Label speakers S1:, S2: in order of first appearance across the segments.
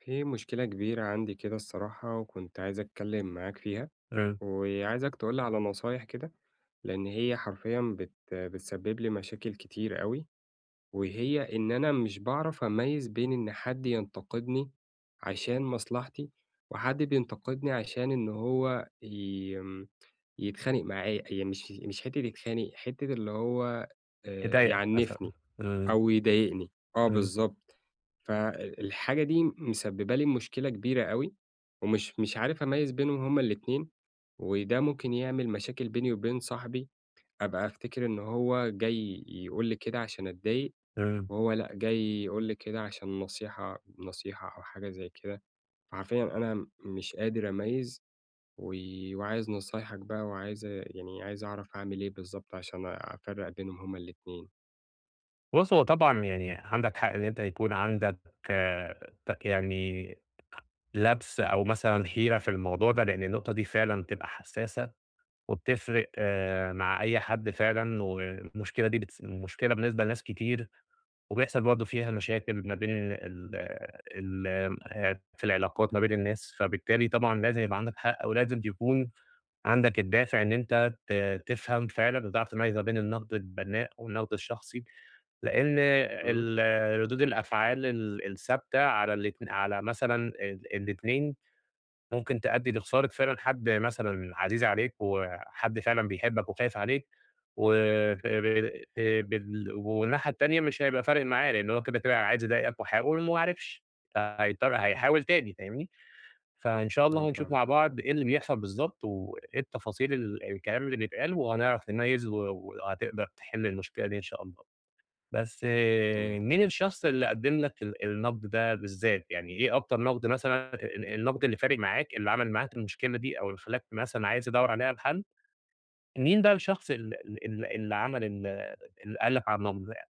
S1: في مشكلة كبيرة عندي كده الصراحة، وكنت عايز أتكلم معاك فيها،
S2: إمم.
S1: وعايزك تقول لي على نصايح كده، لأن هي حرفيًا بتسبب لي مشاكل كتير أوي، وهي إن أنا مش باعرف أميّز بين إن حد ينتقدني عشان مصلحتي، وحد بينتقدني عشان إن هو ي آمم، يتخانق معايا، هي مش حتّة يتخانق، حتّة اللي هو
S2: تضايقك
S1: يعنفني.
S2: مثلًا؟ إمم.
S1: أو يضايقني، آه
S2: إمم.
S1: بالضبط. الحاجة دي مسببة لي مشكلة كبيرة أوي، ومش مش عارف أميّز بينهم هُم الاتنين، وده ممكن يعمل مشاكل بيني وبين صاحبي، أبقى أفتكر إن هو جاي يقول لي كده عشان أتضايق،
S2: إمم.
S1: وهو لأ جاي يقول لي كده عشان نصيحة نصيحة أو حاجة زي كده. فحرفيًا أنا مش قادر أميّز، و وعايز نصايحك بقى، وعايز يعني عايز أعرف أعمل إيه بالضبط عشان أفرّق بينهم هُم الاتنين.
S2: بُص، هو طبعًا يعني عندك حق إن أنت يكون عندك يعني لَبْس أو مثلًا حيرة في الموضوع ده، لإن النقطة دي فعلًا بتبقى حساسة وبتفرق مع أي حد فعلًا، والمشكلة دي مشكلة بالنسبة لناس كتير، وبيحصل برضه فيها مشاكل ما بين ال ال في العلاقات ما بين الناس، فبالتالي طبعًا لازم يبقى عندك حق، ولازم يكون عندك الدافع إن أنت تفهم فعلًا وتعرف تميّز ما بين النقد البناء والنقد الشخصي، لإن
S1: إمم،
S2: ردود الأفعال الثابتة على الاتن على مثلًا الاتنين ممكن تؤدي لخسارة فعلًا حد مثلًا عزيز عليك وحد فعلًا بيحبك وخايف عليك، و ف ب بال والناحية التانية مش هيبقى فارق معاه، لإن هو كده، كده عايز يضايقك وحاول وما عرفش، فهيضطر هيحاول تاني، فاهمني؟ فإن شاء
S1: آه
S2: الله هنشوف
S1: فاهمك،
S2: مع بعض إيه اللي بيحصل بالضبط، وإيه التفاصيل الكلام اللي بيتقال، وهنعرف نميّز وهتقدر تحل المشكلة دي إن شاء الله. بس آه،
S1: تمام.
S2: مين الشخص اللي قدّم لك النقد ده بالذات؟ يعني إيه أكتر نقد مثلًا النقد اللي فارق معاك، اللي عمل معاك المشكلة دي، أو اللي خلّاك مثلًا عايز تدوّر عليه على الحل؟ مين بقى الشخص ال ال ال اللي عمل اللي قال لك على النقد ده يعني؟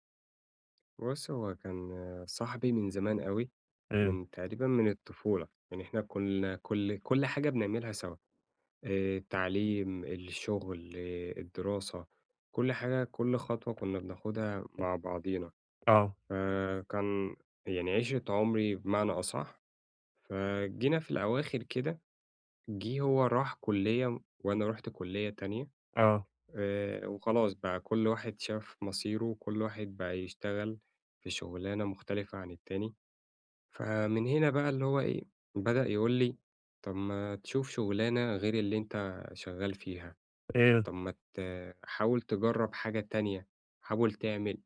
S1: بُص، هو كان صاحبي من زمان أوي،
S2: إمم،
S1: من تقريبًا من الطفولة، يعني إحنا كنا كل حاجة بنعملها سوا، التعليم، الشغل، إيه، الدراسة، كل حاجة، كل خطوة كنا بناخدها مع بعضينا،
S2: آه،
S1: فكان يعني عِشرة عمري بمعنى أصح، فجينا في الأواخر كده، جِه هو راح كُلّية وأنا رُحت كُلّية تانية،
S2: آه،
S1: وخلاص بقى كل واحد شاف مصيره، وكل واحد بقى يشتغل في شُغلانة مختلفة عن التاني. فمن هنا بقى اللي هو إيه، بدأ يقول لي: "طَب ما تشوف شُغلانة غير اللي أنت شغّال فيها،
S2: إمم،
S1: طَب ما ت حاول تجرّب حاجة تانية، حاول تعمل."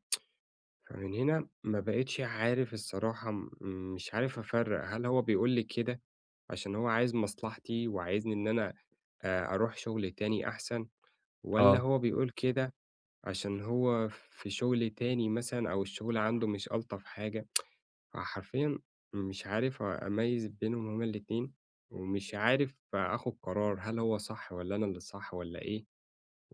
S1: فمن هنا ما بقيتش عارف الصراحة مش عارف أفرّق، هل هو بيقول لي كده عشان هو عايز مصلحتي وعايزني إن أنا أروح شُغل تاني أحسن، والّا
S2: آه،
S1: هو بيقول كده عشان هو في شُغل تاني مثلًا أو الشُغل عنده مش ألطف حاجة؟ فحرفيًا مش عارف أميّز بينهم هُم الاتنين، ومش عارف آخُد قرار هل هو صح والّا أنا اللي صح والّا إيه،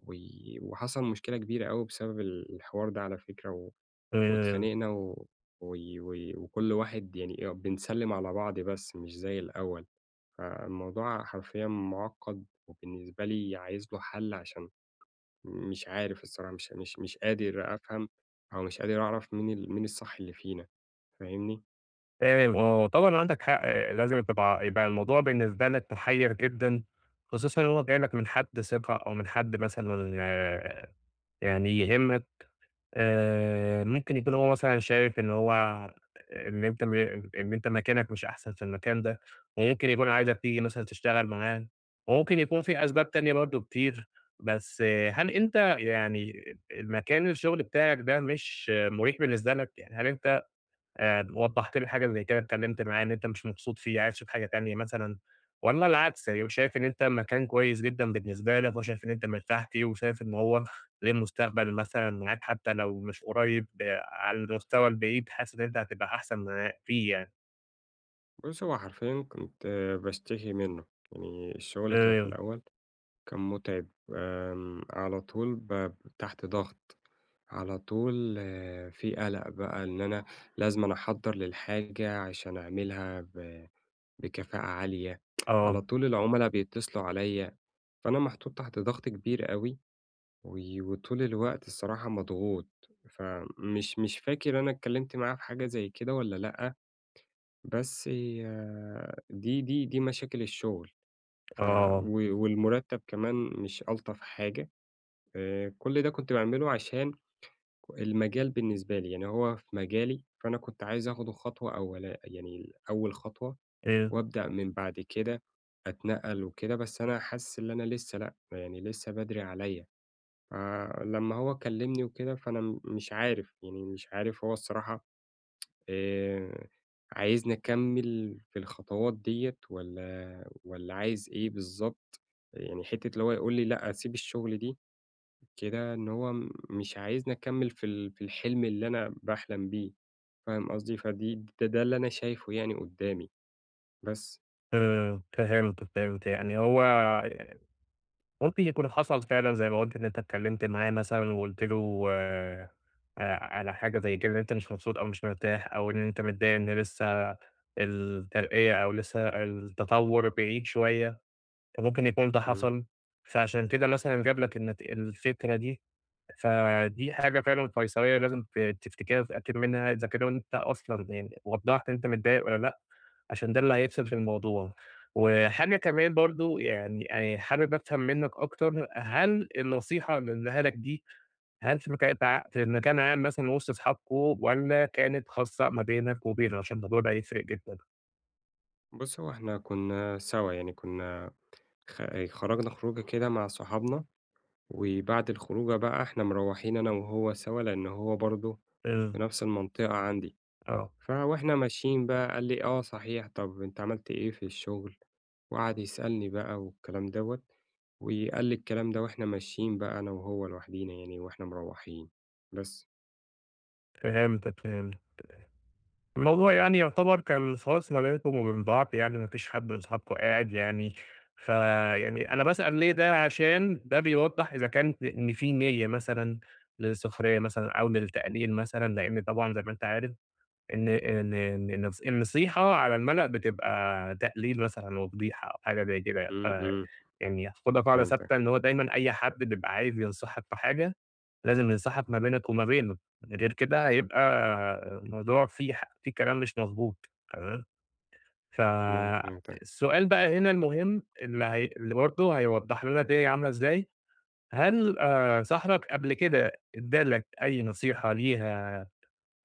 S1: و وحصل مشكلة كبيرة أوي بسبب الحوار ده على فكرة،
S2: إمم.
S1: واتخانقنا و وكل واحد يعني إيه، بنسلِّم على بعض بس مش زي الأول، فالموضوع حرفيًا مُعقّد وبالنسبة لي عايز له حل عشان مش عارف الصراحة مش قادر أفهم أو مش قادر أعرف مين الصح اللي فينا، فاهمني؟
S2: تمام آه، طبعًا عندك حق، آه، لازم يبقى الموضوع بالنسبة لك محيّر جدًا، خصوصًا إن هو جاي لك من حد ثقة أو من حد مثلًا يعني يهمك، ممكن يكون هو مثلًا شايف إن هو إن أنت م إن أنت مكانك مش أحسن في المكان ده، وممكن يكون عايزك تيجي مثلًا تشتغل معاه، وممكن يكون في أسباب تانية برضه كتير، بس آه، هل أنت يعني الشغل بتاعك ده مش مُريح بالنسبة لك؟ يعني هل أنت وضّحت لي حاجة زي كده، اتكلّمت معاه إن أنت مش مبسوط فيه، عايز تشوف حاجة تانية مثلًا، والّا العكس يبقى شايف إن أنت مكان كويس جدًا بالنسبة لك وشايف إن أنت مرتاح فيه وشايف إن هو ليه مستقبل مثلًا معاك حتى لو مش قريب على المستوى البعيد حاسس إن أنت هتبقى أحسن معاه فيه يعني.
S1: بُص، هو حرفيًا كنت باشتكي منّه، يعني الشغل كان
S2: آآ
S1: في الأول كان مُتعب، على طول تحت ضغط، على طول آه، في قلق بقى إن أنا لازمًا أحضّر للحاجة عشان أعملها بكفاءة عالية،
S2: آه،
S1: على طول العُملا بيتصلوا عليّا، فأنا محطوط تحت ضغط كبير أوي، وطول الوقت الصراحة مضغوط، فمش مش فاكر أنا اتكلمت معاه في حاجة زي كده والّا لأ؟ بس دي مشاكل الشغل، ف
S2: آه،
S1: و والمرتّب كمان مش ألطف حاجة، كل ده كنت باعمله عشان المجال بالنسبة لي، يعني هو في مجالي، فأنا كنت عايز آخده خطوة أولا يعني أول خطوة
S2: آآ
S1: وأبدأ من بعد كده أتنقّل وكده، بس أنا حاسس إن أنا لسه لأ، يعني لسه بدري عليّا، فلمّا هو كلّمني وكده فأنا مش عارف، يعني مش عارف هو الصراحة آآ، عايزني أكمّل في الخطوات ديّة والّا عايز إيه بالضبط؟ يعني حتّة اللي هو يقول لي لأ، سيب الشغل دي كده إن هو مش عايزني أكمّل في الحلم اللي أنا باحلم بيه، فاهم قصدي؟ فدي ده ده اللي أنا شايفه يعني قدّامي، بس.
S2: فهمت، فهمت. يعني هو ممكن يكون حصل فعلًا زي ما قُلت إن أنت اتكلمت معاه مثلًا وقُلت له على حاجة زي كده إن أنت مش مبسوط أو مش مرتاح أو إن أنت متضايق إن لسه الترقية أو لسه التطور بعيد شوية، فممكن يكون ده
S1: إمم.
S2: حصل، فعشان كده مثلًا جاب لك النت الفكرة دي، فدي حاجة فعلًا فيصلية لازم تفتكرها وتتأكد منها إذا كده أنت أصلًا يعني وضّحت أنت متضايق والّا لأ. عشان ده اللي هيفصل في الموضوع. وحاجة كمان برضه يعني حابب أفهم منّك أكتر، هل النصيحة اللي قُلها لك دي، هل في مكان عام مثلًا وسط أصحابكم والّا كانت خاصة ما بينك وبينه؟ عشان الموضوع ده هيفرق جدًا.
S1: بُص، هو إحنا كُنّا سوا، يعني كُنّا خ خرجنا خروجة كده مع صحابنا، وبعد الخروجة بقى إحنا مروّحين أنا وهو سوا، لإن هو برضه في
S2: إمم،
S1: نفس المنطقة عندي.
S2: آه،
S1: فوإحنا ماشيين بقى قال لي: "آه صحيح، طب أنت عملت إيه في الشغل؟" وقعد يسألني بقى والكلام دوّة، وقال لي الكلام ده وإحنا ماشيين بقى أنا وهو لوحدينا يعني وإحنا مروّحين. بس.
S2: فهمتك، فهمتك. الموضوع يعني يعتبر كان خلاص ما بينكم وبين بعض يعني ما فيش حد من أصحابكم قاعد فيعني أنا باسأل ليه ده عشان ده بيوضح إذا كان إن في نية مثلًا للسخرية مثلًا أو للتقليل مثلًا، لإن طبعًا زي ما أنت عارف إن النصيحة على الملأ بتبقى تقليل مثلًا وفضيحة أو حاجة زي كده،
S1: إمم، إمم،
S2: يعني خُدها قاعدة
S1: فهمتك،
S2: ثابتة إن هو دايمًا أي حد بيبقى عايز ينصحك في حاجة لازم ينسحب ما بينك وما بينه، غير كده هيبقى الموضوع فيه فيه كلام مش مضبوط تمام،
S1: تمام فهمتك،
S2: فالسؤال بقى هنا المهم اللي برضه هيوضح لنا دي عاملة إزاي، هل صاحبك قبل كده ادّى لك أي نصيحة ليها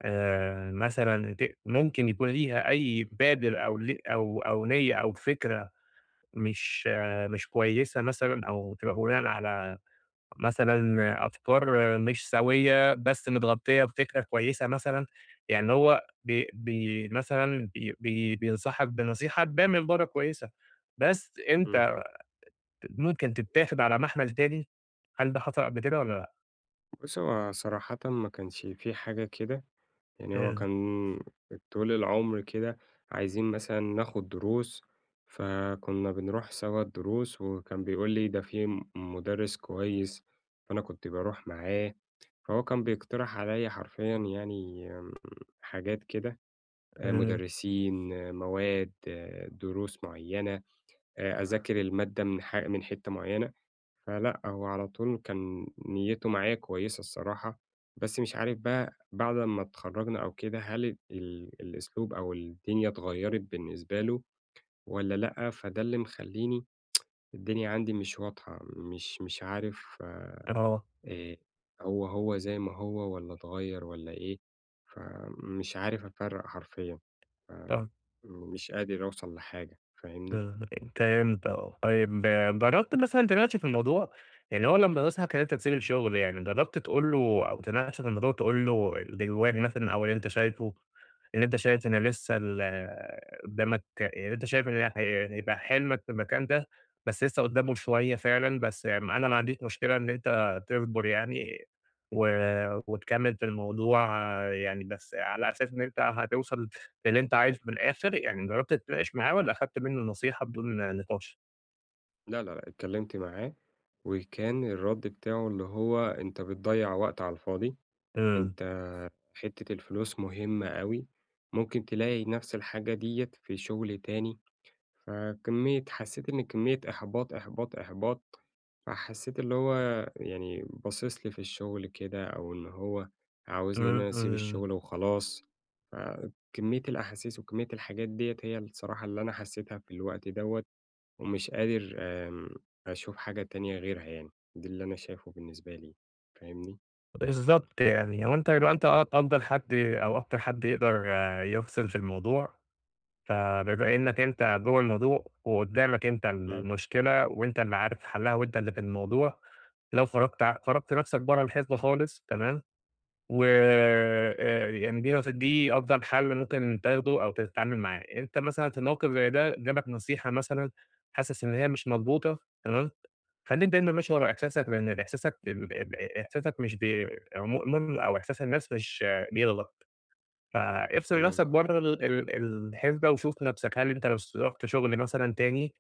S2: مثلًا ممكن يكون ليها أي بادر أو ل أو أو نية أو فكرة مش مش كويسة مثلًا أو تبقى بناءً على مثلًا أفكار مش سوية، بس متغطية بفكرة كويسة مثلًا، يعني هو بي بي مثلًا بي بي بينصحك بنصيحة تبان من برّه كويسة، بس
S1: إمم.
S2: أنت ممكن تتاخد على محمل تاني، هل ده حصل قبل كده والّا لأ؟
S1: بُص، هو صراحةً ما كانش في حاجة كده، يعني هو
S2: إمم،
S1: كان طول العمر كده عايزين مثلًا ناخد دروس، فكنا بنروح سوا الدروس، وكان بيقول لي: "ده في مُدرِّس كويس." فأنا كنت باروح معاه. فهو كان بيقترح عليَّ حرفيًا يعني حاجات كده،
S2: إمم،
S1: مُدرّسين، آه، مواد، آه، دروس معيّنة، أذاكر المادة من حتّة معيّنة، فلأ، هو على طول كان نيّته معايا كويسة الصراحة، بس مش عارف بقى بعد أمّا اتخرّجنا أو كده، هل الأسلوب أو الدنيا اتغيّرت بالنسبة له والّا لأ؟ فده اللي مخلّيني الدنيا عندي مش واضحة، مش عارف
S2: آه،
S1: آآ هو زي ما هو والّا اتغيّر والّا إيه، فمش عارف أفرّق حرفيًا،
S2: طبعًا.
S1: فمش قادر أوصل لحاجة فاهمني؟
S2: إمم، فهمت آه. طيب آه، جرّبت مثلًا دلوقتي في الموضوع اللي هو لمّا مثلًا كانت تسيب الشغل يعني، جرّبت تقول له أو تناقشه في الموضوع تقول له اللي جواك مثلًا أو اللي أنت شايفه، اللي أنت شايف إن لسه قدّامك اللي أنت شايف إن هيبقى حلمك في المكان ده، بس لسه قدّامه شوية فعلًا، بس يعني أنا ما عنديش مشكلة إن أنت تصبر يعني و وتكمّل في الموضوع آه، يعني، بس على أساس إن أنت هتوصل اللي أنت عايزه من الآخر، يعني جرّبت تتناقش معاه والّا أخدت منّه نصيحة بدون نقاش؟
S1: لا، لا، لأ، اتكلّمت معاه وكان الرَد بتاعه اللي هو أنت بتضيّع وقت على الفاضي،
S2: إمم،
S1: أنت حتّة الفلوس مهمة أوي، ممكن تلاقي نَفْس الحاجة ديّة في شُغل تاني فكمية حسّيت إن كمية إحباط، إحباط، إحباط، فحسّيت اللي هو يعني باصص لي في الشغل كده أو إن هو عاوزني إن
S2: إمم،
S1: أنا أسيب
S2: إمم،
S1: الشغل وخلاص، فكمية الأحاسيس وكمية الحاجات ديّة هي الصراحة اللي أنا حسّيتها في الوقت دوّة ومش قادر أشوف حاجة تانية غيرها يعني، دي اللي أنا شايفه بالنسبة لي، فاهمني؟
S2: بالضبط يعني هو أنت لو أنت أفضل حد أو أكتر حد يقدر يفصل في الموضوع، فبما إنّك أنت جوّه الموضوع وقدّامك أنت
S1: إمم،
S2: المشكلة وأنت اللي عارف حلّها وأنت اللي في الموضوع، لو خرجت نفْسك برّه الحسبة خالص تمام؟ و يعني دي أفضل حل ممكن تاخده أو تتعامل معاه. أنت مثلًا في موقف زي ده جالك نصيحة مثلًا حاسس إن هي مش مضبوطة تمام، خلّيك دايمًا ماشي ورا إحساسك، لإن ال إحساسك ال ال إحساسك مش مؤمن أو إحساس الناس مش بيغلط، فافصل
S1: تمام،
S2: نفسك برّه ال ال الحسبة وشوف نفسك، هل أنت لو رُحت شغل مثلًا تاني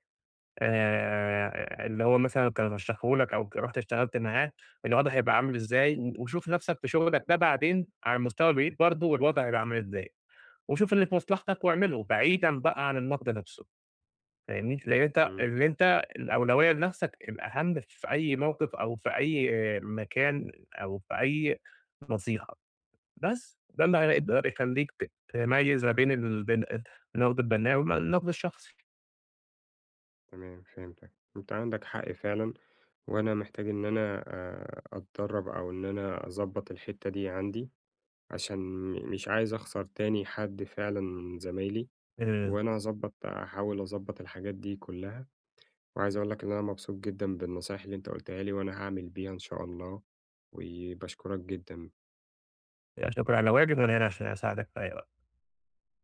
S2: اللي هو مثلًا كان رشّحه لك أو رُحت اشتغلت معاه، الوضع هيبقى عامل إزاي، وشوف نَفْسك في شُغلك ده بعدين على المستوى البعيد برضه والوضع هيبقى عامل إزاي، وشوف اللي في مصلحتك واعمله بعيدًا بقى عن النقد نَفْسه، فاهمني، لإن أنت
S1: إمم،
S2: اللي أنت الأولوية لنَفْسك الأهم في أي موقف أو في أي مكان أو في أي نصيحة، بس ده اللي هيقدر يخلّيك تميّز ما بين بين النقد البناء والنقد الشخصي،
S1: تمام، فهمتك، أنت عندك حق فعلًا. وأنا محتاج إن أنا أتدرّب أو إن أنا أضبّط الحتّة دي عندي، عشان مش عايز أخسر تاني حد فعلًا من زمايلي،
S2: آآ
S1: وأنا هاحاول أضبّط الحاجات دي كُلّها، وعايز أقول لك إن أنا مبسوط جدًا بالنصايح اللي أنت قُلتها لي، وأنا هاعمل بيها إن شاء الله، وباشكرك جدًا.
S2: يعني شكرًا على واجب، أنا هنا عشان أساعدك في أي وقت.